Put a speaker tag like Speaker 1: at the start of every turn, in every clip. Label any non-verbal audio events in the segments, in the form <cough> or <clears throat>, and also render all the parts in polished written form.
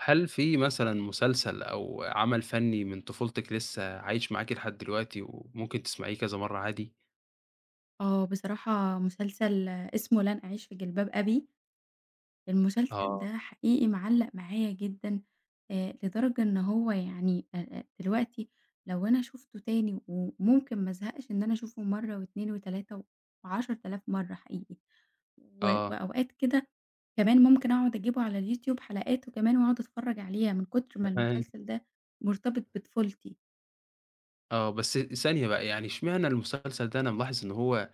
Speaker 1: هل في مثلًا مسلسل أو عمل فني من طفولتِك لسه عايش معاكِ لحد دلوقتي وممكن تسمعيه كذا مرّة عادي؟
Speaker 2: آه، بصراحة مسلسل اسمه لن أعيش في جلباب أبي. المسلسل
Speaker 1: آه.
Speaker 2: ده حقيقي معلّق معايا جدًا. لدرجة إن هو يعني أ أ دلوقتي لو أنا شُفته تاني وممكن ما ازهقش إن أنا أشوفه مرّة و2 و3 و10.000 مرّة حقيقي. و
Speaker 1: آه.
Speaker 2: وأوقات كده كمان ممكن أقعد أجيبه على اليوتيوب حلقاته كمان وأقعد أتفرّج عليها من كتر ما
Speaker 1: كمان،
Speaker 2: المسلسل ده مرتبط بطفولتي.
Speaker 1: آه. بس ثانية بقى، يعني اشمعنى المسلسل ده أنا ملاحظ إن هو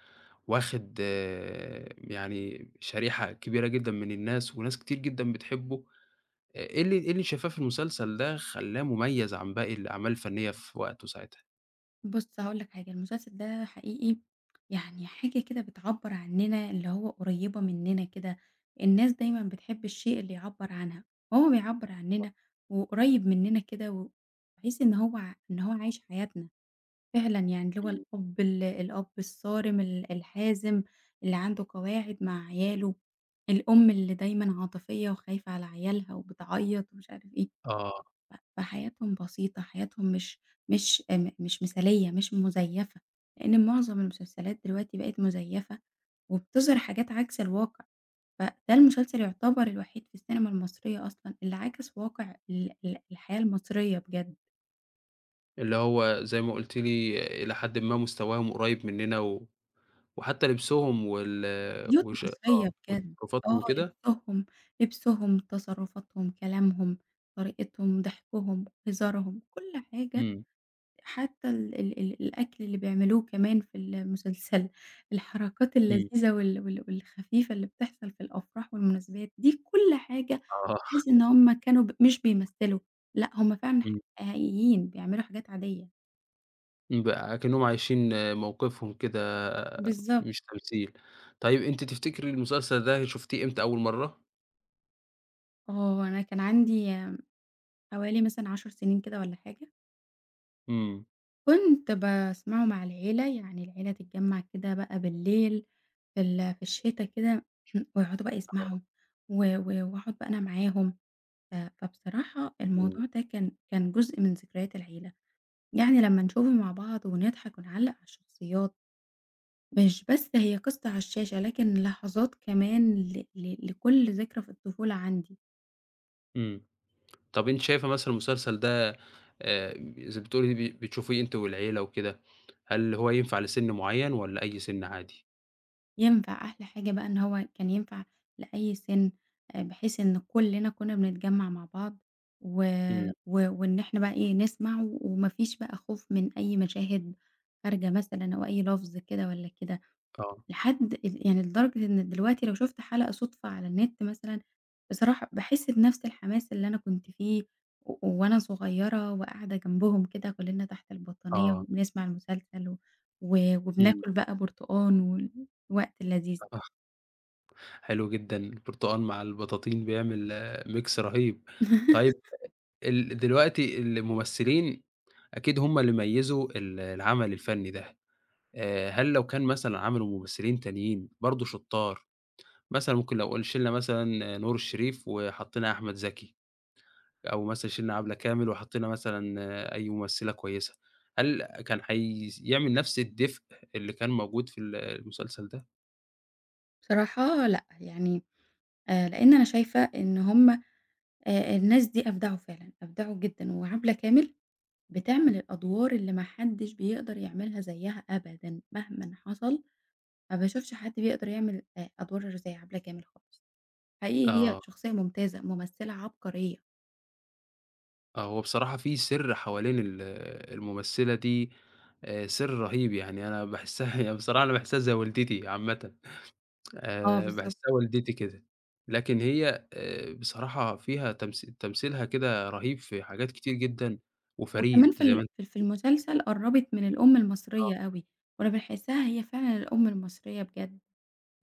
Speaker 1: واخد، يعني شريحة كبيرة جدًا من الناس وناس كتير جدًا بتحبه. إيه اللي شايفاه في المسلسل ده خلّاه مميز عن باقي الأعمال الفنية في وقته ساعتها؟
Speaker 2: بُص هاقول لك حاجة، المسلسل ده حقيقي يعني حاجة كده بتعبّر عننا، اللي هو قريّبة مننا كده. الناس دايمًا بتحب الشيء اللي يعبّر عنها، وهو بيعبّر عننا وقريّب مننا كده، و تحس إن هو عايش حياتنا فعلًا يعني، اللي هو
Speaker 1: إمم.
Speaker 2: الأب الأب الصارم الحازم اللي عنده قواعد مع عياله، الأم اللي دايمًا عاطفية وخايفة على عيالها وبتعيّط ومش عارف إيه.
Speaker 1: آه.
Speaker 2: فحياتهم بسيطة، حياتهم مش مش آه، م مش مثالية، مش مزيّفة، لإن معظم المسلسلات دلوقتي بقت مزيّفة وبتظهِر حاجات عكس الواقع. فده المسلسل يُعتبر الوحيد في السينما المصرية أصلًا اللي عكس واقع ال ال الحياة المصرية بجد.
Speaker 1: اللي هو زي ما قُلتِ لي إلى حدٍ ما مستواهم قريب مننا و وحتى
Speaker 2: آه،
Speaker 1: لبسهم وال
Speaker 2: بيوت بالضبط.
Speaker 1: وش
Speaker 2: مصرية
Speaker 1: آه،
Speaker 2: بجد.
Speaker 1: وتصرفاتهم
Speaker 2: آه،
Speaker 1: وكده.
Speaker 2: لبسهم، تصرُّفاتهم، كلامهم، طريقتهم، ضحكهم، هزارهم، كل حاجة،
Speaker 1: إمم.
Speaker 2: حتى ال ال ال الأكل اللي بيعملوه كمان في المسلسل، الحركات
Speaker 1: إمم.
Speaker 2: اللذيذة والخفيفة اللي بتحصل في الأفراح والمناسبات. دي كل حاجة
Speaker 1: آه.
Speaker 2: تحس إن هُم كانوا مش بيمثّلوا. لأ، هُم فعلًا
Speaker 1: إمم.
Speaker 2: حقيقيين بيعملوا حاجات عادية.
Speaker 1: إمم، بقى أكنّهم عايشين موقفهم كده
Speaker 2: بالضبط.
Speaker 1: مش تمثيل. طيب أنتِ تفتكري المسلسل ده شُفتيه إمتى أول مرّة؟
Speaker 2: آه، أنا كان عندي حوالي مثلًا 10 سنين كده والّا حاجة.
Speaker 1: إمم.
Speaker 2: كنت باسمعه مع العيلة، يعني العيلة تتجمّع كده بقى بالليل في الشتا كده <clears throat> ويقعدوا بقى
Speaker 1: آه.
Speaker 2: يسمعوا، و و واقعد بقى أنا معاهم. فبصراحة
Speaker 1: إمم.
Speaker 2: الموضوع ده كان جزء من ذكريات العيلة، يعني لمّا نشوفه مع بعض ونضحك ونعلّق على الشخصيات، مش بس هي قصة على الشاشة، لكن لحظات كمان ل ل لكل ذكرى في الطفولة عندي.
Speaker 1: إمم. طب أنتِ شايفة مثلًا المسلسل ده، زي ما بتقولي بتشوفيه أنتِ والعيلة وكده، هل هو ينفع لسِن معيّن والّا أي سِن عادي؟
Speaker 2: ينفع أحلى حاجة بقى إن هو كان ينفع لأي سِن، بحيث إن كلنا كنا بنتجمّع مع بعض و
Speaker 1: إمم.
Speaker 2: و وإن إحنا بقى إيه، نسمع وما فيش بقى خوف من أي مشاهد خارجة مثلًا أو أي لفظ كده والّا كده.
Speaker 1: آه.
Speaker 2: لحد يعني لدرجة إن دلوقتي لو شُفت حلقة صُدفة على النت مثلًا، بصراحة باحس بنفس الحماس اللي أنا كنت فيه وأنا صغيرة وقاعدة جنبهم كده كُلّنا تحت البطانية
Speaker 1: آه.
Speaker 2: وبنسمع المسلسل و و
Speaker 1: إمم.
Speaker 2: وبناكل بقى برتقان والوقت اللذيذ.
Speaker 1: حلو جدًا، البرتقال مع البطاطين بيعمل mix رهيب. طيب
Speaker 2: <laughs>
Speaker 1: دلوقتي الممثلين أكيد هم اللي ميّزوا العمل الفني ده. هل لو كان مثلًا عملوا ممثلين تانيين برضه شُطّار، مثلًا ممكن لو شِلنا مثلًا نور الشريف وحطينا أحمد زكي، أو مثلًا شِلنا عبلة كامل وحطينا مثلًا، أي ممثلة كويسة، هل كان يعمل نفس الدفء اللي كان موجود في المسلسل ده؟
Speaker 2: بصراحة لأ، يعني لإن أنا شايفة إن هُم الناس دي أبدعوا فعلًا، أبدعوا جدًا، وعبلة كامل بتعمل الأدوار اللي ما حدّش بيقدر يعملها زيّها أبدًا مهمًا حصل. ما باشوفش حد بيقدر يعمل أدوار زي عبلة كامل خالص. حقيقي هي
Speaker 1: آه.
Speaker 2: شخصية ممتازة، ممثلة عبقرية.
Speaker 1: آه، هو بصراحة في سِر حوالين الممثلة دي، سِر رهيب يعني أنا باحسّها هي <laughs> بصراحة أنا باحسّها زي والدتي عامةً،
Speaker 2: آه، بالضبط.
Speaker 1: باحسّها والدتي كده. لكن هي، بصراحة فيها تمثيلها كده رهيب في حاجات كتير جدًا
Speaker 2: وكمان
Speaker 1: وفريد
Speaker 2: في
Speaker 1: زي ما
Speaker 2: ال
Speaker 1: أنتِ.
Speaker 2: في في المسلسل قرّبت من الأم المصرية أوي، وأنا باحسّها هي فعلًا الأم المصرية بجد،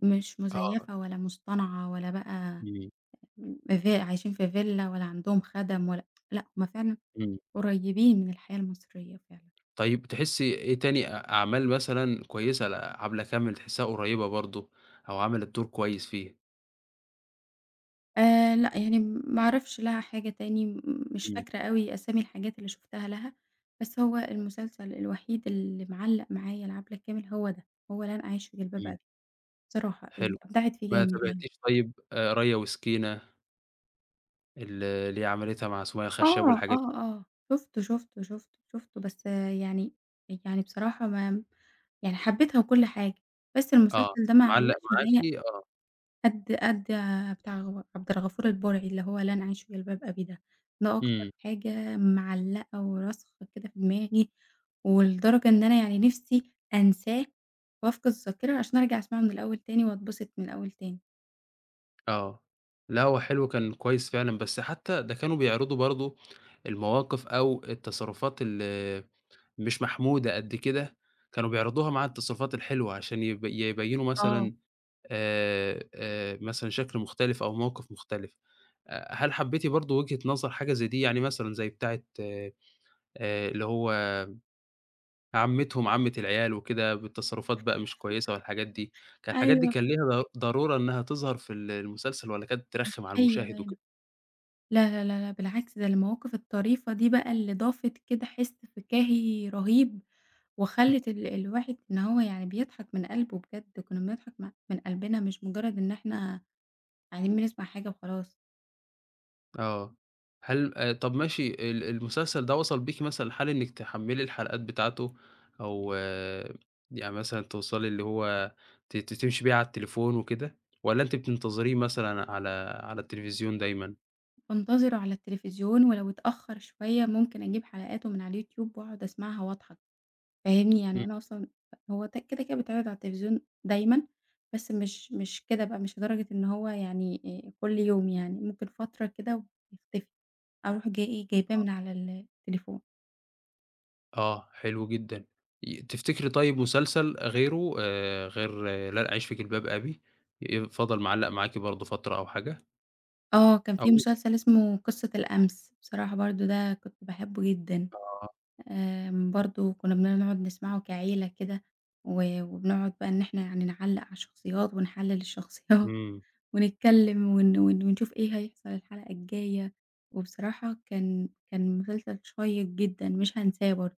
Speaker 2: مش
Speaker 1: آه. آه.
Speaker 2: مزيفة ولا مصطنعة ولا بقى
Speaker 1: إمم.
Speaker 2: في عايشين في فيلا ولا عندهم خَدَم ولا، لأ، هُم فعلًا
Speaker 1: إمم.
Speaker 2: قريبين من الحياة المصرية فعلًا.
Speaker 1: طيب تحسّي إيه تاني أعمال مثلًا كويسة لعبلة كامل تحسّها قريّبة برضه أو عملِت دور كويس فيه؟
Speaker 2: لأ، يعني ما أعرفش لها حاجة تاني، مش
Speaker 1: إمم.
Speaker 2: فاكرة أوي أسامي الحاجات اللي شُفتها لها، بس هو المسلسل الوحيد اللي معلّق معايا العبلة كامل هو ده، هو لن أعيش في جلباب
Speaker 1: إمم.
Speaker 2: أبي. بصراحة
Speaker 1: حلو.
Speaker 2: أبدعِت فيه
Speaker 1: ما
Speaker 2: جامد يعني.
Speaker 1: تابعتيش طيب، ريا وسكينة؟ اللي هي عملتها مع سُميّة خشاب
Speaker 2: آه،
Speaker 1: والحاجات دي.
Speaker 2: آه، آه، شُفته، شُفته، شُفته، شُفته. بس آه، يعني بصراحة ما يعني حبيتها وكل حاجة، بس
Speaker 1: آه،
Speaker 2: المسلسل ده ما
Speaker 1: معلّق
Speaker 2: علّقش معايا
Speaker 1: معاكِ آه.
Speaker 2: قد بتاع عبد الغفور البرعي اللي هو لن أعيش في جلباب أبي ده. ده أكتر
Speaker 1: إمم.
Speaker 2: حاجة معلّقة وراسخة كده في دماغي، ولدرجة إن أنا يعني نِفْسي أنساه وأفقد الذاكرة عشان أرجع أسمعه من الأول تاني وأتبسط من الأول تاني.
Speaker 1: آه. لأ هو حلو كان كويس فعلًا، بس حتى ده كانوا بيعرضوا برضه المواقف أو التصرفات اللي مش محمودة قد كده، كانوا بيعرضوها مع التصرفات الحلوة عشان يبيّنوا
Speaker 2: آه.
Speaker 1: مثلًا، مثلًا شكل مختلف أو موقف مختلف. هل حبيتِ برضه وجهة نظر حاجة زي دي؟ يعني مثلًا زي بتاعة، اللي هو عمّتهم، عمّة العيال وكده، بالتصرفات بقى مش كويسة والحاجات دي، كان الحاجات دي
Speaker 2: أيوه،
Speaker 1: كان ليها ضرورة إنها تظهر في المسلسل والّا كانت ترخّم على
Speaker 2: فتحيّة
Speaker 1: المشاهد
Speaker 2: باينة.
Speaker 1: وكده؟
Speaker 2: لا، لا، لا، لا، بالعكس ده المواقف الطريفة دي بقى اللي ضافت كده حِس فكاهي رهيب،
Speaker 1: إمم.
Speaker 2: وخلّت الواحد إن هو يعني بيضحك من قلبه بجد. كُنّا بنضحك من قلبنا مش مجرّد إن إحنا قاعدين بنسمع حاجة وخلاص.
Speaker 1: آه. هل، طَب ماشي المسلسل ده وصل بيكِ مثلًا لحال إنِّك تحمّلي الحلقات بتاعته أو، يعني مثلًا توصلي اللي هو ت ت تمشي بيه على التليفون وكده، والّا أنتِ بتنتظريه مثلًا على التلفزيون دايمًا؟
Speaker 2: بانتظره على التلفزيون ولو اتأخر شوية ممكن أجيب حلقاته من على اليوتيوب وأقعد أسمعها وأضحك. فاهمني؟ يعني أنا أصلًا هو كده، كده بيتعرض على التلفزيون دايمًا، بس مش كده بقى، مش لدرجة إن هو يعني كل يوم يعني، ممكن فترة كده ويختفي، أروح جاي إيه، جايباه من على التليفون.
Speaker 1: آه، حلو جدًا. تفتكري طيب مسلسل غيره، غير، لن أعيش في جلباب أبي، فضل معلّق معاكِ برضه فترة أو حاجة؟
Speaker 2: آه، كان في
Speaker 1: أو
Speaker 2: مسلسل اسمه قصة الأمس، بصراحة برضه ده كنت باحبه جدًا.
Speaker 1: آه.
Speaker 2: برضه كنا بنقعد نسمعه كعيلة كده، وبنقعد بقى إن إحنا يعني نعلّق على الشخصيات ونحلّل الشخصيات <laughs>
Speaker 1: إمم.
Speaker 2: ونتكلّم ون ون ونشوف إيه هيحصل الحلقة الجاية. وبصراحة كان مسلسل شيّق جدًا مش هانساه برضه.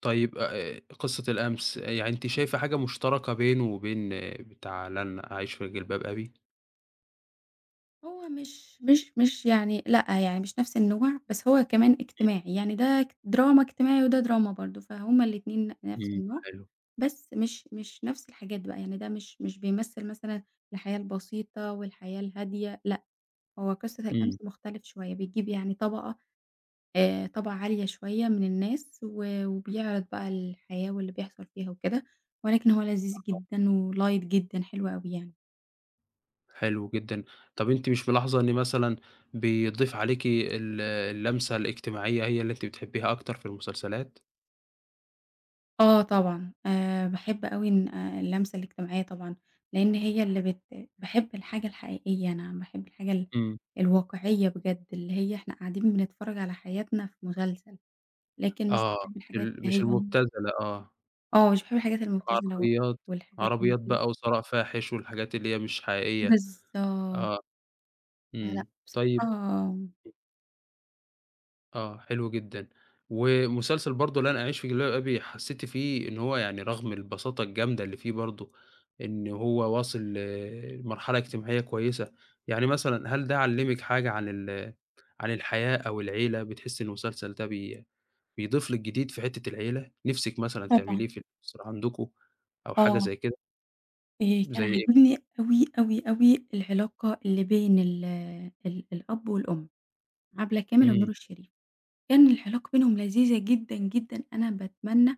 Speaker 1: طيب، قصة الأمس، يعني أنتِ شايفة حاجة مشتركة بينه وبين، بتاع لن أعيش في جلباب أبي؟
Speaker 2: هو مش يعني لأ، يعني مش نفس النوع، بس هو كمان اجتماعي، يعني ده دراما اجتماعي وده دراما برضه، فهُم الاتنين
Speaker 1: إمم.
Speaker 2: نفس
Speaker 1: إمم.
Speaker 2: النوع.
Speaker 1: حلو.
Speaker 2: بس مش نفس الحاجات بقى، يعني ده مش بيمثّل مثلًا الحياة البسيطة والحياة الهادية، لأ، هو قصة الأمس
Speaker 1: إمم.
Speaker 2: مختلف شوية، بيجيب يعني طبقة عالية شوية من الناس وبيعرض بقى الحياة واللي بيحصل فيها وكده. ولكن هو لذيذ جدًا وlight جدًا، حلو أوي يعني.
Speaker 1: حلو جدًا. طب أنتِ مش ملاحظة إن مثلًا بيضيف عليكِ اللمسة الاجتماعية هي اللي أنتِ بتحبيها أكتر في المسلسلات؟
Speaker 2: آه، طبعًا. باحب أوي إن اللمسة الاجتماعية طبعًا، لإن هي اللي باحب الحاجة الحقيقية، أنا باحب الحاجة ال
Speaker 1: إمم.
Speaker 2: الواقعية بجد، اللي هي إحنا قاعدين بنتفرج على حياتنا في مسلسل، لكن مش
Speaker 1: آه،
Speaker 2: باحب
Speaker 1: مش
Speaker 2: الحاجات
Speaker 1: ال
Speaker 2: اللي
Speaker 1: مش
Speaker 2: هي
Speaker 1: المبتذلة. آه.
Speaker 2: آه، مش باحب الحاجات المبتذلة،
Speaker 1: عربيات.
Speaker 2: والحاجات اللي
Speaker 1: عربيات
Speaker 2: هي
Speaker 1: بقى وثراء فاحِش والحاجات اللي هي مش حقيقية.
Speaker 2: بالضبط،
Speaker 1: آه.
Speaker 2: فلأ
Speaker 1: إمم.
Speaker 2: بصراحة،
Speaker 1: طيب، حلو جدًا. ومسلسل برضه لن أعيش في جلباب أبي حسّيتِ فيه إن هو يعني رغم البساطة الجامدة اللي فيه برضه، إن هو واصل لمرحلة اجتماعية كويسة، يعني مثلًا هل ده علّمِك حاجة عن الحياة أو العيلة، بتحسّي إن المسلسل ده بيضيف لِك جديد في حتّة العيلة، نِفْسِك مثلًا
Speaker 2: طبعًا.
Speaker 1: تعمليه في الأسرة عندكم أو حاجة
Speaker 2: آه،
Speaker 1: زي كده،
Speaker 2: كان
Speaker 1: زي إيه؟
Speaker 2: عاجبني أوي، أوي، أوي العلاقة اللي بين ال ال الأب والأم، عبلة كامل ونور
Speaker 1: إمم.
Speaker 2: الشريف. كان العلاقة بينهم لذيذة جدًا، جدًا. أنا باتمنى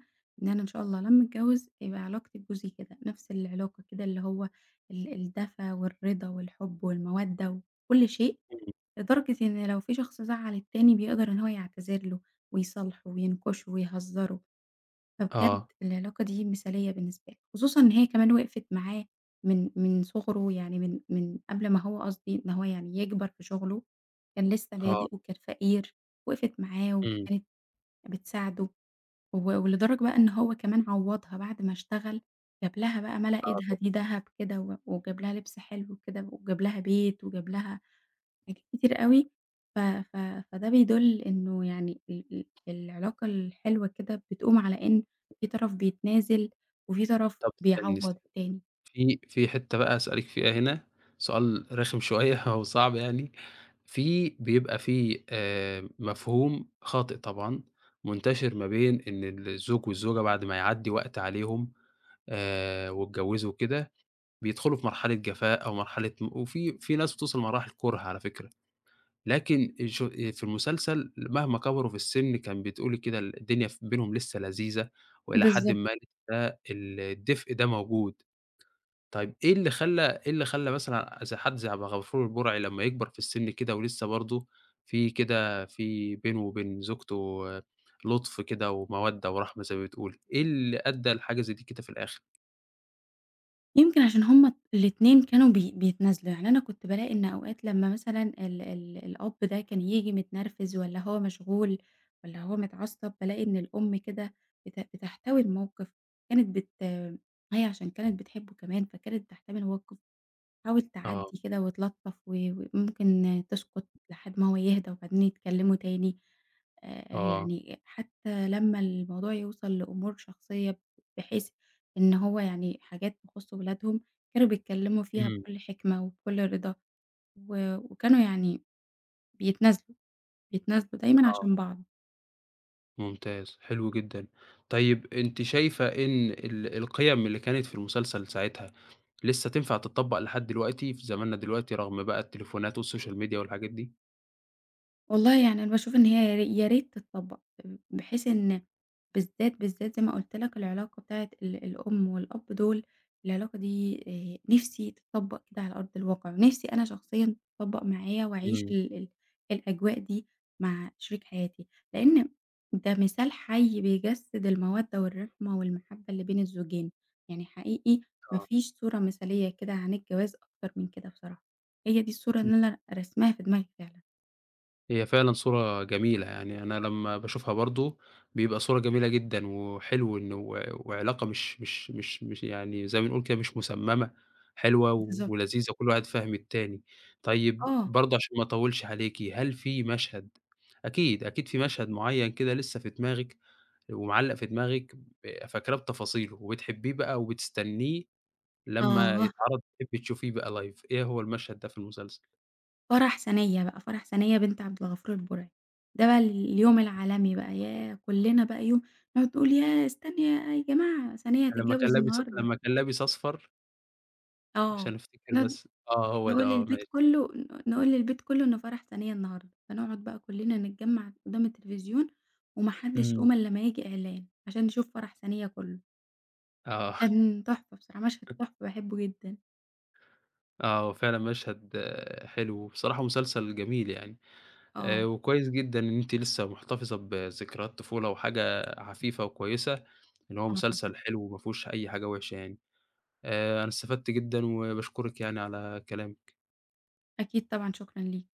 Speaker 2: إن أنا إن شاء الله لمّا أتجوّز يبقى علاقتي بجوزي كده، نفس العلاقة كده اللي هو الدفا والرضا والحب والمودة وكل شيء،
Speaker 1: إمم.
Speaker 2: لدرجة إن لو في شخص زعّل التاني بيقدر إن هو يعتذر له ويصالحه وينكشه ويهزّره. فبجد
Speaker 1: آه.
Speaker 2: العلاقة دي مثالية بالنسبة لي، خصوصًا إن هي كمان وقفت معاه من صغره يعني من قبل ما هو قصدي إن هو يعني يكبر في شغله، كان لسه
Speaker 1: آه.
Speaker 2: بادئ وكان فقير، وقفت معاه
Speaker 1: إمم.
Speaker 2: وكانت بتساعده، ولدرجة بقى إن هو كمان عوّضها بعد ما اشتغل، جاب لها بقى مَلأ
Speaker 1: آه.
Speaker 2: إيدها
Speaker 1: طب
Speaker 2: دي دهب كده وجاب لها لبس حلو كده وجاب لها بيت وجاب لها حاجات كتير أوي. ف ف فده بيدُل إنه يعني ال ال العلاقة الحلوة كده بتقوم على إن في طرف بيتنازل وفي طرف
Speaker 1: طب استني،
Speaker 2: بيعوّض
Speaker 1: استني،
Speaker 2: التاني.
Speaker 1: في حتّة بقى هاسألِك فيها هنا، سؤال رخم <laughs> شوية أو صعب يعني، بيبقى في، مفهوم خاطئ طبعًا، منتشر ما بين إن الزوج والزوجة بعد ما يعدّي وقت عليهم، واتجوّزوا وكده، بيدخلوا في مرحلة جفاء أو مرحلة، وفي ناس بتوصل لمراحل كُره على فكرة. لكن في المسلسل مهما كبروا في السن كان بتقولي كده الدنيا بينهم لسه لذيذة، وإلى حدٍ
Speaker 2: بالضبط.
Speaker 1: ما لسه الدفء ده موجود. طيب إيه اللي خلّى مثلًا زي حد زي عبد الغفور البرعي لمّا يكبر في السن كده ولسه برضه في بينه وبين زوجته لطف كده ومودة ورحمة زي ما بتقولي، إيه اللي أدّى لحاجة زي دي كده في الآخر؟
Speaker 2: يمكن عشان هُم الاتنين كانوا بيتنازلوا، يعني أنا كنت بالاقي إن أوقات لمّا مثلًا ال الأب ده كان ييجي متنرفز والّا هو مشغول والّا هو متعصب، بالاقي إن الأم كده بتحتوي الموقف، كانت هي عشان كانت بتحبه كمان، فكانت بتحتوي الموقف. حاول
Speaker 1: آه.
Speaker 2: تعدّي كده وتلطّف وممكن تسكت لحد ما هو يهدى وبعدين يتكلّموا تاني.
Speaker 1: آه.
Speaker 2: يعني حتى لمّا الموضوع يوصل لأمور شخصية بحيث إن هو يعني حاجات تخُص ولادهم، كانوا بيتكلّموا فيها
Speaker 1: إمم.
Speaker 2: بكل حكمة وبكل رضا وكانوا يعني بيتنازلوا، بيتنازلوا دايمًا
Speaker 1: آه.
Speaker 2: عشان بعض.
Speaker 1: ممتاز، حلو جدًا. طيب أنتِ شايفة إن القِيَم اللي كانت في المسلسل ساعتها لسه تنفع تتطبّق لحد دلوقتي في زماننا دلوقتي رغم بقى التليفونات والسوشيال ميديا والحاجات دي؟
Speaker 2: والله يعني أنا باشوف إن هي يا ريت تتطبّق، بحيث إن بالذات، بالذات زي ما قُلت لك العلاقة بتاعة الأم والأب دول، العلاقة دي نِفْسي تتطبّق كده على أرض الواقع، ونِفْسي أنا شخصيًا تتطبّق معايا وأعيش
Speaker 1: إمم.
Speaker 2: ال ال الأجواء دي مع شريك حياتي. لإن ده مثال حَي بيجسّد المَوَدّة والرحمة والمحبة اللي بين الزوجين، يعني حقيقي ما
Speaker 1: آه.
Speaker 2: فيش صورة مثالية كده عن الجواز أكتر من كده بصراحة. هي دي الصورة اللي أنا راسماها في دماغي فعلًا.
Speaker 1: هي فعلًا صورة جميلة، يعني أنا لمّا باشوفها برضه بيبقى صورة جميلة جدًا، وحلو إنه، و وعلاقة مش يعني زي ما بنقول كده مش مسمّمة، حلوة
Speaker 2: بالضبط.
Speaker 1: ولذيذة وكل واحد فاهم التاني. طيب
Speaker 2: آه،
Speaker 1: برضه عشان ما أطوّلش عليكِ، هل في مشهد أكيد، أكيد في مشهد معيّن كده لسه في دماغِك ومعلّق في دماغِك فاكراه بتفاصيله وبتحبّيه بقى وبتستنّيه لمّا
Speaker 2: آه،
Speaker 1: يتعرض تحبّي تشوفيه بقى live، إيه هو المشهد ده في المسلسل؟
Speaker 2: فرح ثانية بقى، فرح ثانية بنت عبد الغفور البرعي، ده بقى اليوم العالمي بقى، ياه! كلنا بقى يوم نقعد نقول ياه! استنوا يا جماعة ثانية هتتجوز النهارده.
Speaker 1: لمّا كان لابس أصفر
Speaker 2: آه،
Speaker 1: عشان أفتكر
Speaker 2: نقعد
Speaker 1: بس آه، هو ده.
Speaker 2: نقول
Speaker 1: آه،
Speaker 2: للبيت
Speaker 1: ماشي.
Speaker 2: كله نقول للبيت كله إن فرح ثانية النهارده، فنقعد بقى كلنا نتجمع قدام التلفزيون وما حدش
Speaker 1: إمم.
Speaker 2: يقوم إلا لما ييجي إعلان عشان نشوف فرح ثانية كله.
Speaker 1: آه. <laughs>
Speaker 2: كان تحفة بصراحة، مشهد تحفة باحبه جدًا.
Speaker 1: آه، هو فعلًا مشهد، حلو، وبصراحة مسلسل جميل يعني.
Speaker 2: آه،
Speaker 1: وكويس جدًا إن أنتِ لسه محتفظة بذكريات طفولة وحاجة عفيفة وكويسة، إن هو
Speaker 2: آه طبعًا.
Speaker 1: مسلسل حلو وما فيهوش أي حاجة وحشة يعني. أنا استفدت جدًا وباشكرِك يعني على كلامِك.
Speaker 2: أكيد طبعًا، شكرًا ليك.